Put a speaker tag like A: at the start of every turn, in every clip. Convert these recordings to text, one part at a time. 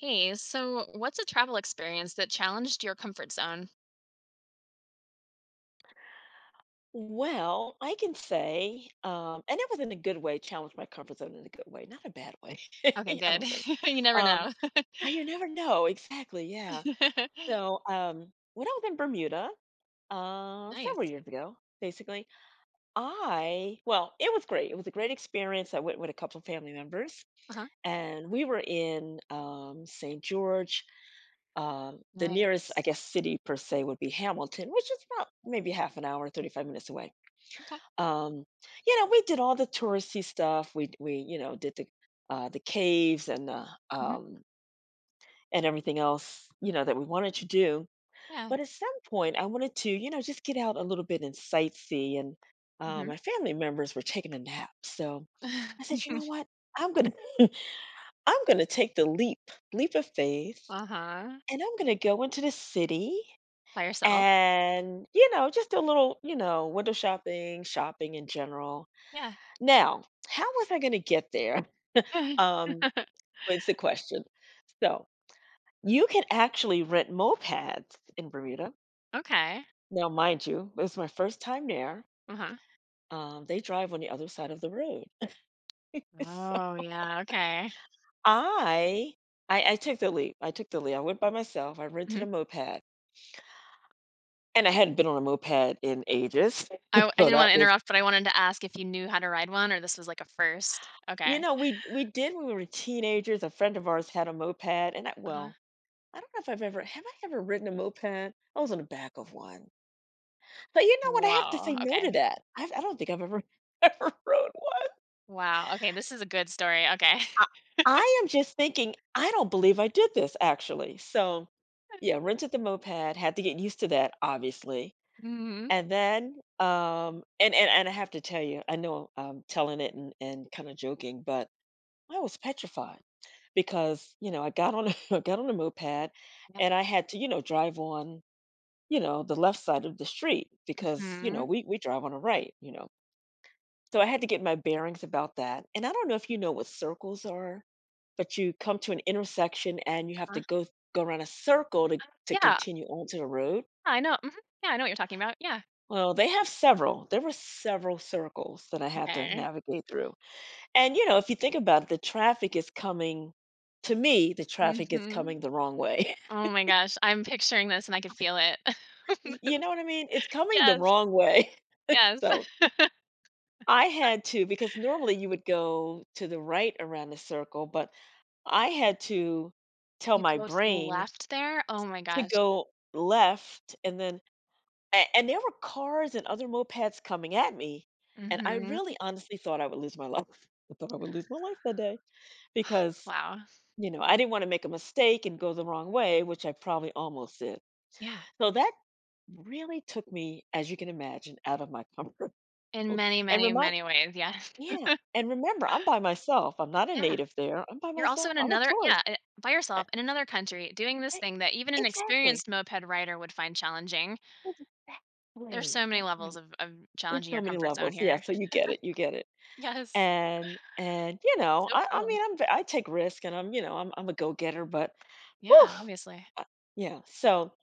A: Hey, so what's a travel experience that challenged your comfort zone?
B: Well, I can say, and it was in a good way, challenge my comfort zone in a good way, not a bad way.
A: Okay,
B: I
A: good.
B: don't think.
A: You never
B: Um,
A: know.
B: oh, you never know. Exactly. Yeah. So, when I was in Bermuda, several
A: Nice.
B: years ago, basically, it was great. It was a great experience. I went with a couple of family members
A: Uh-huh.
B: and we were in, St. George. The nearest, I
A: Nice.
B: guess, city per se would be Hamilton, which is about maybe half an hour, 35 minutes away.
A: Okay.
B: um, you know, we did all the touristy stuff. We, you know, did the caves and the
A: Mhm.
B: and everything else, you know, that we wanted to do.
A: Yeah.
B: But at some point I wanted to, you know, just get out a little bit and sightsee, and
A: Mhm.
B: my family members were taking a nap. So I said, you know what? I'm gonna, I'm gonna take the leap, leap of faith,
A: Uh-huh.
B: and I'm gonna go into the city
A: By yourself?
B: and, you know, just do a little, you know, window shopping, shopping in general.
A: Yeah.
B: Now, how was I gonna get there, um, was the question. So, you can actually rent mopeds in Bermuda.
A: Okay.
B: Now, mind you, it was my first time there,
A: Uh-huh.
B: they drive on the other side of the road. So,
A: Oh, yeah, okay.
B: I I took the leap, I took the leap, I went by myself, I rented
A: Mhm.
B: a moped, and I hadn't been on a moped in ages,
A: I
B: so
A: didn't
B: that
A: wanna
B: was,
A: interrupt, but I wanted to ask if you knew how to ride one or this was like a first.
B: you
A: Okay.
B: know, we did when we were teenagers, a friend of ours had a moped, and I
A: Uh-huh.
B: well I don't know if I've ever, have I ever ridden a moped? I was on the back of one. But you know what? I have to
A: Wow,
B: say no
A: okay.
B: to that. I don't think I've ever ever rode one.
A: Wow, okay, this is a good story, okay.
B: I, I am just thinking, I don't believe I did this actually. So yeah, rented the moped, had to get used to that, obviously.
A: Mhm.
B: And then and I have to tell you, I know I'm telling it and kind of joking, but I was petrified because, you know, I got on a, I got on a moped
A: Yeah.
B: and I had to, you know, drive on, you know, the left side of the street because, you know,
A: Mhm.
B: we drive on the right, you know. So I had to get my bearings about that. And I don't know if you know what circles are, but you come to an intersection and you have
A: Uh, uh,
B: to go around a circle to
A: yeah,
B: continue onto the road.
A: I know, mhm, yeah, I know what you're talking about, yeah,
B: Well, they have several. There were several circles that I had to
A: okay,
B: navigate through. And you know, if you think about it, the traffic is
A: mhm.
B: coming the wrong way.
A: Oh my gosh, I'm picturing this and I could feel it.
B: You know what I mean? It's coming the
A: Yes,
B: wrong way.
A: yes.
B: So I had to, because normally you would go to the right around the circle, but I had to tell
A: You
B: my
A: go to the
B: brain
A: left there? Oh my
B: to
A: gosh,
B: go left, and then and there were cars and other mopeds coming at me. And I
A: mhm,
B: really honestly thought I would lose my life. I thought I would lose my life that day because,
A: wow,
B: you know, I didn't want to make a mistake and go the wrong way, which I probably almost did.
A: yeah,
B: So that really took me, as you can imagine, out of my comfort,
A: in many,
B: and
A: many,
B: reminded,
A: many ways, yes.
B: yeah, and remember, I'm by myself. I'm not a
A: Yeah,
B: native there. I'm by
A: you're also
B: myself.
A: in
B: I'm a
A: another
B: tourist.
A: yeah, by
B: I,
A: yourself in another country doing this
B: I,
A: thing that even an
B: exactly.
A: experienced moped rider would find challenging. There's
B: Exactly.
A: so many
B: That's
A: levels
B: right.
A: of
B: There's
A: challenging
B: so
A: your
B: many
A: comfort zone
B: levels. Yeah,
A: here.
B: so you get it. You get it.
A: Yes,
B: And you
A: it's
B: know,
A: so
B: I
A: cool.
B: mean, I take risk, and I'm, you know, I'm a go getter, but whew,
A: Yeah, obviously.
B: I- yeah. So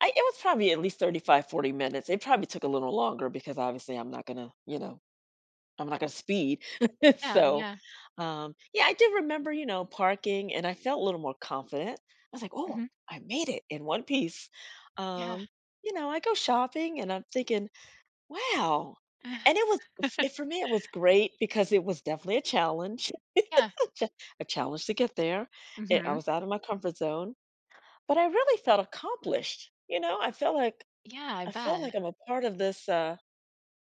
B: I it was probably at least 35, 40 minutes. It probably took a little longer because obviously I'm not gonna, you know, I'm not gonna speed.
A: Yeah,
B: So,
A: yeah.
B: yeah, I did remember, you know, parking, and I felt a little more confident. I was like, "Oh,
A: Mhm.
B: I made it in one piece."
A: Yeah.
B: Um, you know, I go shopping and I'm thinking, "Wow." And it was for me, it was great because it was definitely a challenge,
A: Yeah.
B: ch- a challenge to get there. I
A: Mhm.
B: was out of my comfort zone, but I really felt accomplished. You know, I felt like,
A: Yeah, I
B: I felt
A: bet.
B: like I'm a part of this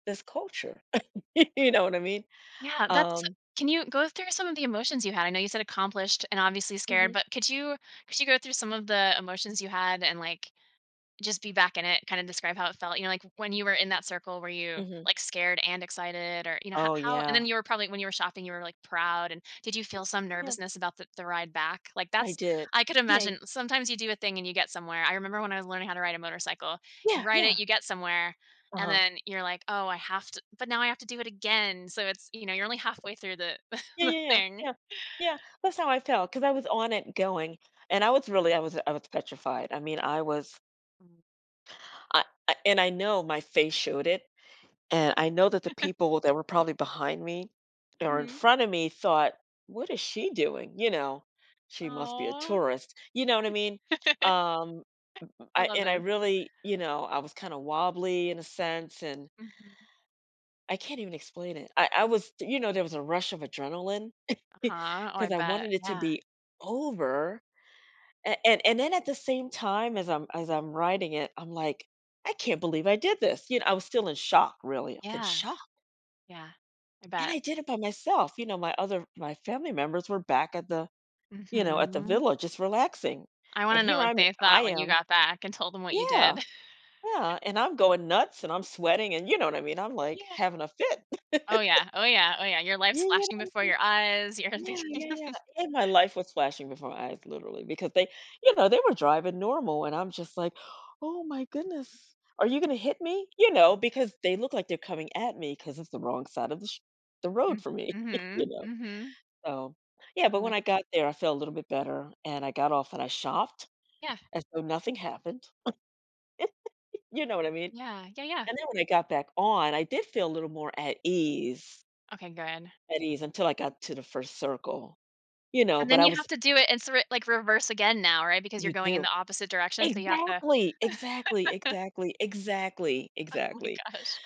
B: this culture. You know what I mean?
A: Yeah, that's
B: Um,
A: can you go through some of the emotions you had? I know you said accomplished and obviously scared,
B: mhm,
A: but could you go through some of the emotions you had and, like, just be back in it, kinda describe how it felt, you know, like, when you were in that circle, were you,
B: mhm.
A: like, scared and excited or, you know, ho
B: Oh,
A: how? And
B: yeah.
A: then you were probably when you were shopping, you were, like, proud, and did you feel some
B: Yeah,
A: nervousness about the ride back? Like,
B: I
A: that's
B: did.
A: I could
B: Yeah.
A: imagine sometimes you do a thing and you get somewhere. I remember when I was learning how to ride a motorcycle, you
B: Yeah,
A: ride it,
B: yeah.
A: you get somewhere, and
B: Uh-huh.
A: then you're like, "Oh, I have to but now I have to do it again," so it's you know, you're only halfway through the
B: Yeah,
A: the
B: yeah, yeah,
A: thing.
B: yeah. Yeah, that's how I felt because I was on it going, and I was petrified. I mean, I was
A: Mm.
B: I I and I know my face showed it, and I know that the people that were probably behind me or in
A: Mhm.
B: front of me thought, "What is she doing?" You know? "She must be a
A: Aw.
B: tourist." You know what I mean? Um,
A: I
B: I
A: love
B: and I
A: this.
B: really, you know, I was kinda wobbly in a sense, and
A: Mhm.
B: I can't even explain it. I was, you know, there was a rush of adrenaline
A: Uh-huh. Oh, I
B: because I
A: bet.
B: wanted it to
A: Yeah.
B: be over, a and then at the same time as I'm writing it, I'm like, "I can't believe I did this." You know, I was still in shock, really, I was in
A: Yeah.
B: shock,
A: Yeah, I
B: and
A: bet.
B: I did it by myself, you know, my family members were back at the, you know, at the
A: Mhm.
B: villa just relaxing,
A: I
B: and
A: wanna know
B: here
A: what
B: I'm
A: they
B: I
A: thought when you
B: am
A: got back and told them what you
B: Yeah,
A: did.
B: yeah, and I'm going nuts, and I'm sweating, and you know what I mean, I'm, like,
A: Yeah.
B: having a
A: Oh,
B: fit.
A: yeah. Oh, yeah. Oh, yeah. Your life's
B: Yeah,
A: flashing before your eyes. You're
B: yeah,
A: thinking
B: yeah, yeah, and my life was flashing before my eyes literally because they, you know, they were driving normal, and I'm just like, "Oh my goodness, are you gonna hit me?" You know, because they look like they're coming at me because it's the wrong side of the sh the
A: mm
B: road for me,
A: mhm,
B: you know,
A: mhm.
B: so yeah, but
A: Oh
B: when
A: my
B: I got there, I felt a little bit better, and I got off and I shopped
A: yeah,
B: as though nothing happened, you know what I mean?
A: yeah, yeah, yeah.
B: And then when I got back on, I did feel a little more at ease,
A: Okay, good.
B: at ease, until I got to the first circle, you know,
A: And
B: but
A: then
B: I
A: you
B: was,
A: have to do it in sor like, reverse again now, right? Because you're
B: you
A: going in the
B: do.
A: opposite direction, so you have to
B: Exactly, exactly, exactly, exactly,
A: Oh my
B: exactly.
A: gosh.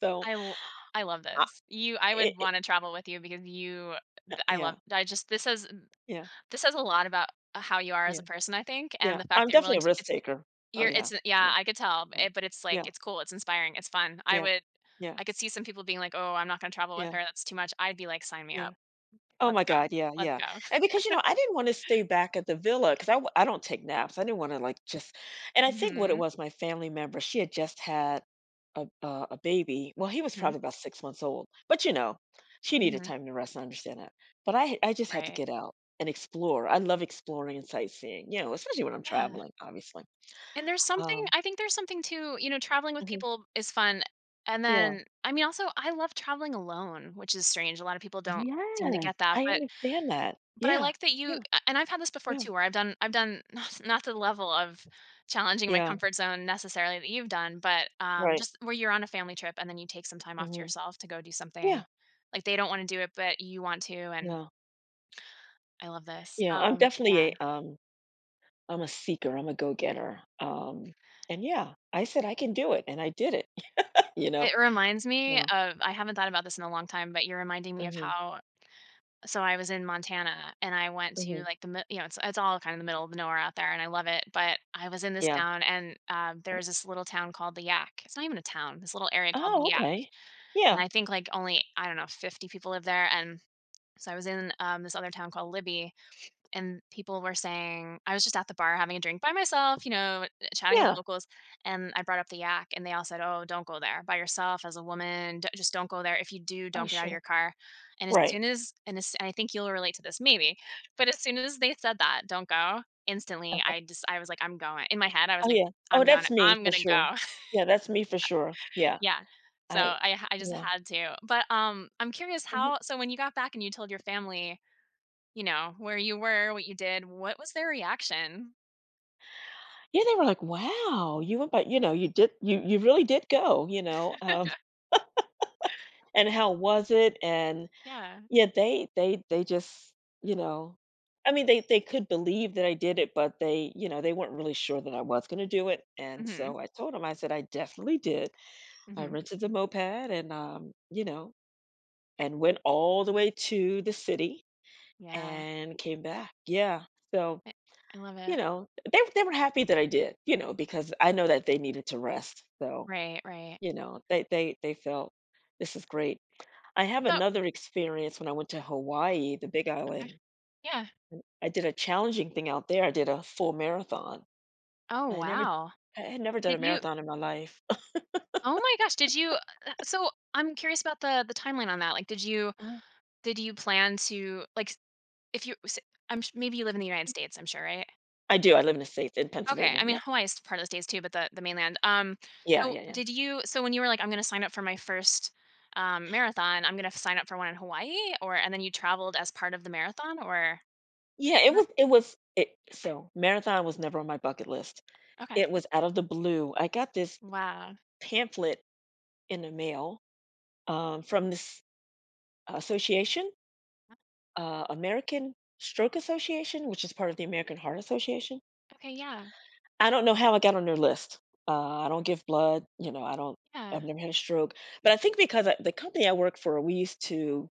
B: So,
A: I l I love
B: uh,
A: this. You I
B: it
A: would
B: it
A: wanna travel with you because you th I love
B: yeah,
A: I just this is
B: yeah,
A: this says a lot about how you are as a
B: yeah,
A: person, I think, and
B: yeah.
A: the fact
B: I'm
A: that you're
B: definitely
A: willing
B: a
A: to
B: risk
A: it's
B: taker. Oh,
A: you're
B: yeah,
A: it's yeah,
B: yeah,
A: I could tell,
B: yeah,
A: it but it's, like,
B: yeah,
A: it's cool, it's inspiring, it's fun. I
B: yeah,
A: would
B: yeah,
A: I could see some people being like, "Oh, I'm not gonna travel with her,
B: yeah,
A: that's too much." I'd be like, "Sign me up.
B: yeah. Oh
A: Let's
B: my
A: go.
B: god, yeah,
A: Let's
B: yeah,
A: go."
B: and because, you know, I didn't wanna stay back at the villa 'cause I don't take naps, I didn't wanna, like, just, and I think what it
A: Mhm.
B: was, my family member, she had just had a baby, well, he was
A: Mhm.
B: probably about 6 months old, but, you know, she needed
A: Mhm.
B: time to rest, I understand that, but I just had to
A: Right.
B: get out and explore, I love exploring and sightseeing, you know, especially when I'm
A: Yeah.
B: traveling, obviously,
A: And there's something
B: um
A: I think there's something too, you know, traveling with
B: mhm,
A: people is fun, and
B: yeah.
A: then I mean, also, I love traveling alone, which is strange, a lot of people don't seem to
B: Yes,
A: get that,
B: I
A: but
B: understand that.
A: But I
B: Yeah,
A: like that you
B: yeah,
A: a and I've had this before
B: yeah,
A: too, where I've done not not to the level of challenging my
B: yeah,
A: comfort zone necessarily that you've done, but,
B: right,
A: just where you're on a family trip and then you take some time off to
B: mhm,
A: yourself to go do something,
B: yeah,
A: like, they don't wanna do it, but you want to, and
B: yeah.
A: I love this.
B: Yeah, I'm
A: Yeah.
B: definitely a I'm a seeker, I'm a go-getter. And yeah, I said I can do it and I did it, you know.
A: It reminds me
B: Yeah.
A: of I haven't thought about this in a long time, but you're reminding me of
B: Mhm.
A: how. So I was in Montana and I went to
B: Mhm.
A: like the mi you know, it's all kind of the middle of nowhere out there and I love it, but I was in this
B: Yeah.
A: town and, there's this little town called The Yak. It's not even a town, this little area called The
B: Oh,
A: Yak,
B: okay.
A: and
B: Yeah.
A: I think like only, I don't know, 50 people live there, and so I was in, this other town called Libby and people were saying I was just at the bar having a drink by myself, you know, chatting with
B: Yeah.
A: locals, and I brought up the yak, and they all said, "Oh, don't go there by yourself as a woman. Just don't go there. If you do,
B: Oh,
A: don't get out of
B: sure.
A: your car." And as
B: Right.
A: soon as and I think you'll relate to this, maybe, but as soon as they said that, "Don't go," instantly,
B: Uh,
A: I just I was like, "I'm going." In my head, I was
B: oh,
A: like,
B: yeah. Oh,
A: "I'm going.
B: that's me
A: I'm
B: for
A: gonna
B: sure.
A: go."
B: Yeah, that's me for sure. Yeah.
A: yeah. So
B: I
A: I just
B: yeah.
A: had to. But I'm curious
B: Mhm.
A: how. So when you got back and you told your family, you know, where you were, what you did, what was their reaction?
B: Yeah, they were like, "Wow, you went by, you know, you you really did go, you know. Um, and how was it?" And
A: Yeah.
B: yeah, they just, you know, I mean, they could believe that I did it, but they, you know, they weren't really sure that I was gonna do it, and
A: Mhm.
B: so I told them, I said, "I definitely did." I
A: Mhm.
B: rented the moped and, you know, and went all the way to the city
A: Yeah.
B: and came back. Yeah, so,
A: I I love
B: you
A: it.
B: know, they were happy that I did, you know, because I know that they needed to rest, so,
A: Right, right.
B: you know, they felt, "This is great." I have
A: So
B: another experience when I went to Hawaii, the Big
A: okay.
B: Island.
A: Yeah.
B: I did a challenging thing out there. I did a full marathon.
A: Oh,
B: I never
A: wow.
B: I had never done a
A: Did you
B: marathon in my life.
A: Oh my gosh, did you so I'm curious about the timeline on that. Like, did you plan to like if you s- I'm maybe you live in the United States, I'm sure, right?
B: I do. I live in the States, in
A: Okay, I
B: Pennsylvania.
A: mean,
B: Yep.
A: Hawaii is part of the States too, but the mainland.
B: Yeah,
A: So
B: yeah, yeah.
A: did you so when you were like, "I'm gonna sign up for my first, marathon, I'm gonna sign up for one in Hawaii," or and then you traveled as part of the marathon, or
B: Yeah, it
A: what?
B: was it was it so marathon was never on my bucket list.
A: Okay.
B: It was out of the blue. I got this
A: Wow.
B: pamphlet in the mail, from this association, American Stroke Association, which is part of the American Heart Association.
A: Okay, yeah,
B: I don't know how I got on their list. I don't give blood,
A: yeah.
B: I've never had a stroke, but I think because I the company I work for, we used to,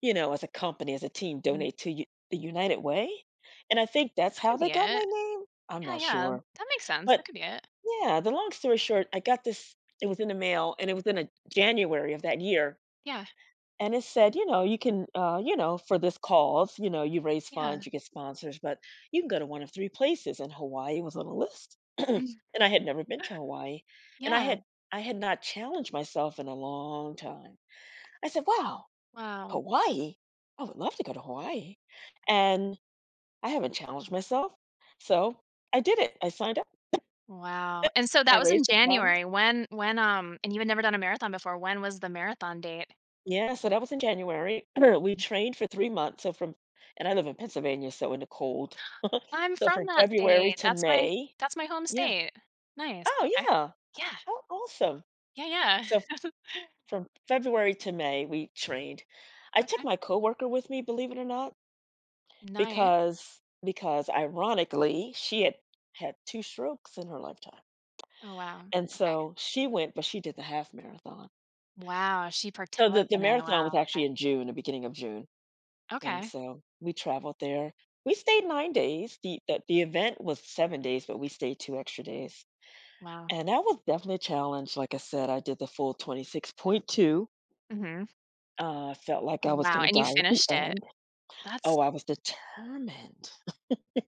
B: you know, as a company, as a team,
A: Mhm.
B: donate to U the United Way, and I think that's
A: That
B: how
A: could
B: they
A: be
B: got my
A: it.
B: name? I'm
A: Yeah,
B: not
A: yeah.
B: sure,
A: That makes sense, that
B: but
A: could be it.
B: yeah, the long story short, I got this it was in the mail, and it was in a January of that year.
A: Yeah,
B: And it said, you know, you can, you know, for this cause, you know, you raise
A: yeah.
B: funds, you get sponsors, but you can go to one of three places. And Hawaii was on the list. And
A: Mhm.
B: I had never been to Hawaii. And
A: Yeah.
B: I had not challenged myself in a long time. I said, wow,
A: Wow.
B: Hawaii. I would love to go to Hawaii. And I haven't challenged myself. So I did it. I signed up.
A: Wow. And so
B: I
A: that was in
B: raised the funds.
A: January. Um, and you had never done a marathon before, when was the marathon date?
B: Yeah, so that was in January. We trained for 3 months, so from and I live in Pennsylvania, so in the cold.
A: I'm
B: So
A: from
B: from
A: that
B: February
A: state.
B: to May
A: That's my home
B: yeah.
A: state. Nice,
B: Oh,
A: okay.
B: yeah.
A: Yeah.
B: Oh, awesome.
A: Yeah, yeah.
B: So from February to May, we trained. I took
A: Okay.
B: my coworker with me, believe it or not,
A: Nice.
B: because ironically, she had had 2 strokes in her lifetime,
A: Oh, wow.
B: and
A: Okay.
B: so she went, but she did the half marathon.
A: Wow, she
B: So the
A: partook
B: the
A: in it.
B: marathon was
A: Wow, okay.
B: actually in June, the beginning of June. And
A: Okay.
B: so we traveled there. We stayed 9 days. The event was 7 days, but we stayed 2 extra days.
A: Wow.
B: And that was definitely a challenge. Like I said, I did the full 26.2.
A: Mhm.
B: I felt like I was
A: Wow,
B: gonna
A: and you
B: die at the
A: finished it.
B: end.
A: That's
B: Oh, I was determined.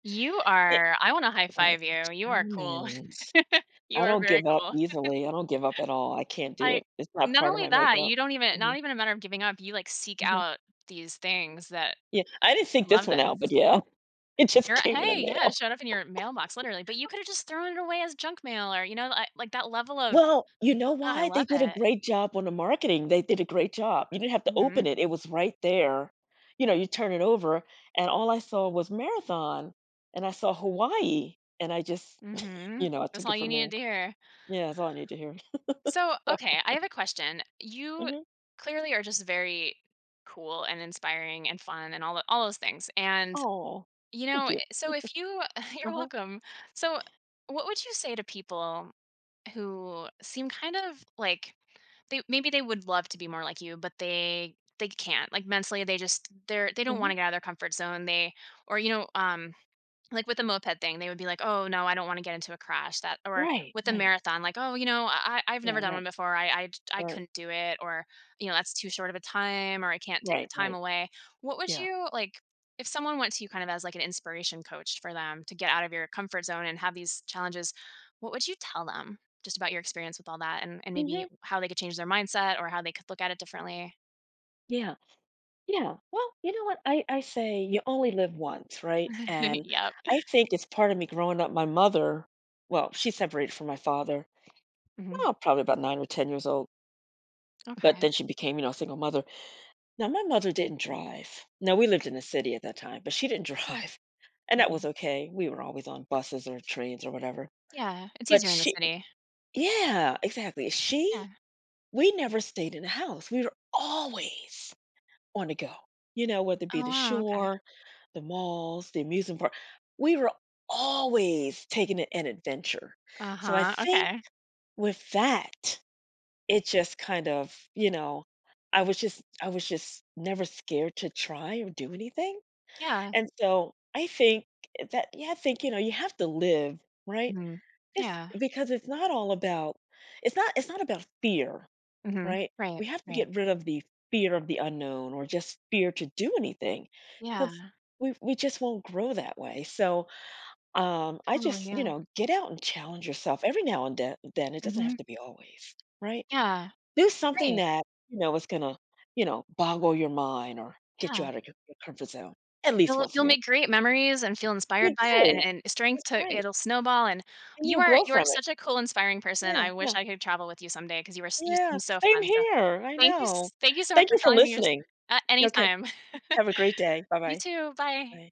A: you
B: It
A: are I wanna high
B: I
A: five
B: was
A: you. You are cool.
B: determined.
A: You
B: I
A: are
B: don't
A: very
B: give up
A: cool.
B: easily. I don't give up at all. I can't do
A: I
B: it. It's not
A: not
B: part of
A: only
B: my
A: that,
B: makeup.
A: you don't even not
B: Mhm,
A: even a matter of giving up, you, like, seek
B: mhm.
A: out these things that
B: Yeah, I didn't
A: I
B: think this
A: love
B: one
A: this.
B: out, but yeah, it just
A: You're right
B: came in the
A: hey, yeah, it
B: mail.
A: showed up in your mailbox, literally, but you coulda just thrown it away as junk mail or, you know, I like, that level of
B: Well, you know
A: oh, I
B: why? They
A: love
B: did
A: it.
B: a great job on the marketing, they did a great job. You didn't have to
A: Mhm,
B: open it, it was right there. You know, you turn it over, and all I saw was marathon, and I saw Hawaii, and I just
A: mhm.
B: you know, I
A: That's
B: took
A: all
B: it
A: you
B: from there.
A: needed to hear.
B: Yeah, that's all I need to hear.
A: So,
B: So
A: okay, I have a question. You
B: mhm.
A: clearly are just very cool and inspiring and fun and all tho all those things, and,
B: Aw,
A: you
B: thank
A: know,
B: you.
A: so if you you're
B: Uh-huh,
A: welcome. So, what would you say to people who seem kind of like they maybe they would love to be more like you, but they can't. Like mentally, they just they don't want
B: mhm.
A: to get out of their comfort zone. They or you know like with the moped thing, they would be like, "Oh no, I don't want to get into a crash." That or
B: Right,
A: with the
B: right,
A: marathon, like, "Oh, you know, I've never
B: right,
A: done one
B: right,
A: before. I
B: right,
A: couldn't do it," or you know, that's too short of a time, or I can't take the
B: right,
A: time
B: right.
A: away. What would
B: Yeah.
A: you like if someone went to you kind of as like an inspiration coach for them to get out of your comfort zone and have these challenges? What would you tell them just about your experience with all that, and maybe
B: Mhm,
A: how they could change their mindset or how they could look at it differently?
B: yeah. Yeah, well, you know what? I say you only live once, right? And
A: yep.
B: I think it's part of me growing up, my mother well, she separated from my father,
A: hmm
B: oh, probably about 9 or 10 years old, but
A: Okay.
B: then she became, you know, a single mother. Now, my mother didn't drive. Now, we lived in the city at that time, but she didn't
A: Yeah.
B: drive, and that was
A: Yeah.
B: okay. We were always on buses or trains or whatever.
A: Yeah. It's
B: But
A: easier in the
B: she
A: city.
B: yeah, exactly. She
A: Yeah.
B: We never stayed in the house. We were always on the go, you know, whether it be
A: Oh
B: the
A: wow. Okay.
B: shore, the malls, the amusement park. We were always taking it an adventure. So I
A: Uh-huh,
B: think
A: okay.
B: with that, it just kind of, you know, I was just never scared to try or do anything.
A: Yeah.
B: And so I think that yeah, I think, you know, you have to live, right?
A: Mhm.
B: It's
A: Yeah.
B: because it's not all about it's not about fear
A: Mhm.
B: right?
A: Right,
B: We have to
A: right.
B: get rid of the fear of the unknown or just fear to do anything because
A: Yeah,
B: we just won't grow that way. So I
A: totally,
B: just, you
A: yeah.
B: know, get out and challenge yourself every now and then. It doesn't have
A: Mhm.
B: to be always, right?
A: Yeah,
B: Do something
A: great,
B: that, you know, is going to, you know, boggle your mind or get you
A: yeah.
B: out of your comfort zone at least once
A: You'll
B: in your life.
A: make great memories and feel inspired
B: You
A: by it,
B: do.
A: and strength
B: That's
A: to
B: right.
A: it'll snowball, and
B: And you'll grow
A: you are
B: from it.
A: such a cool, inspiring person,
B: Yeah.
A: I wish
B: Yeah.
A: I could travel with you someday because you were s you seem
B: Yeah.
A: so
B: Same
A: fun, so
B: here. I know.
A: thank you so much
B: Thank
A: for
B: you for
A: telling me your sto
B: listening. Okay.
A: anytime.
B: Have a great day. Bye
A: You
B: bye.
A: too, bye.
B: Ouais.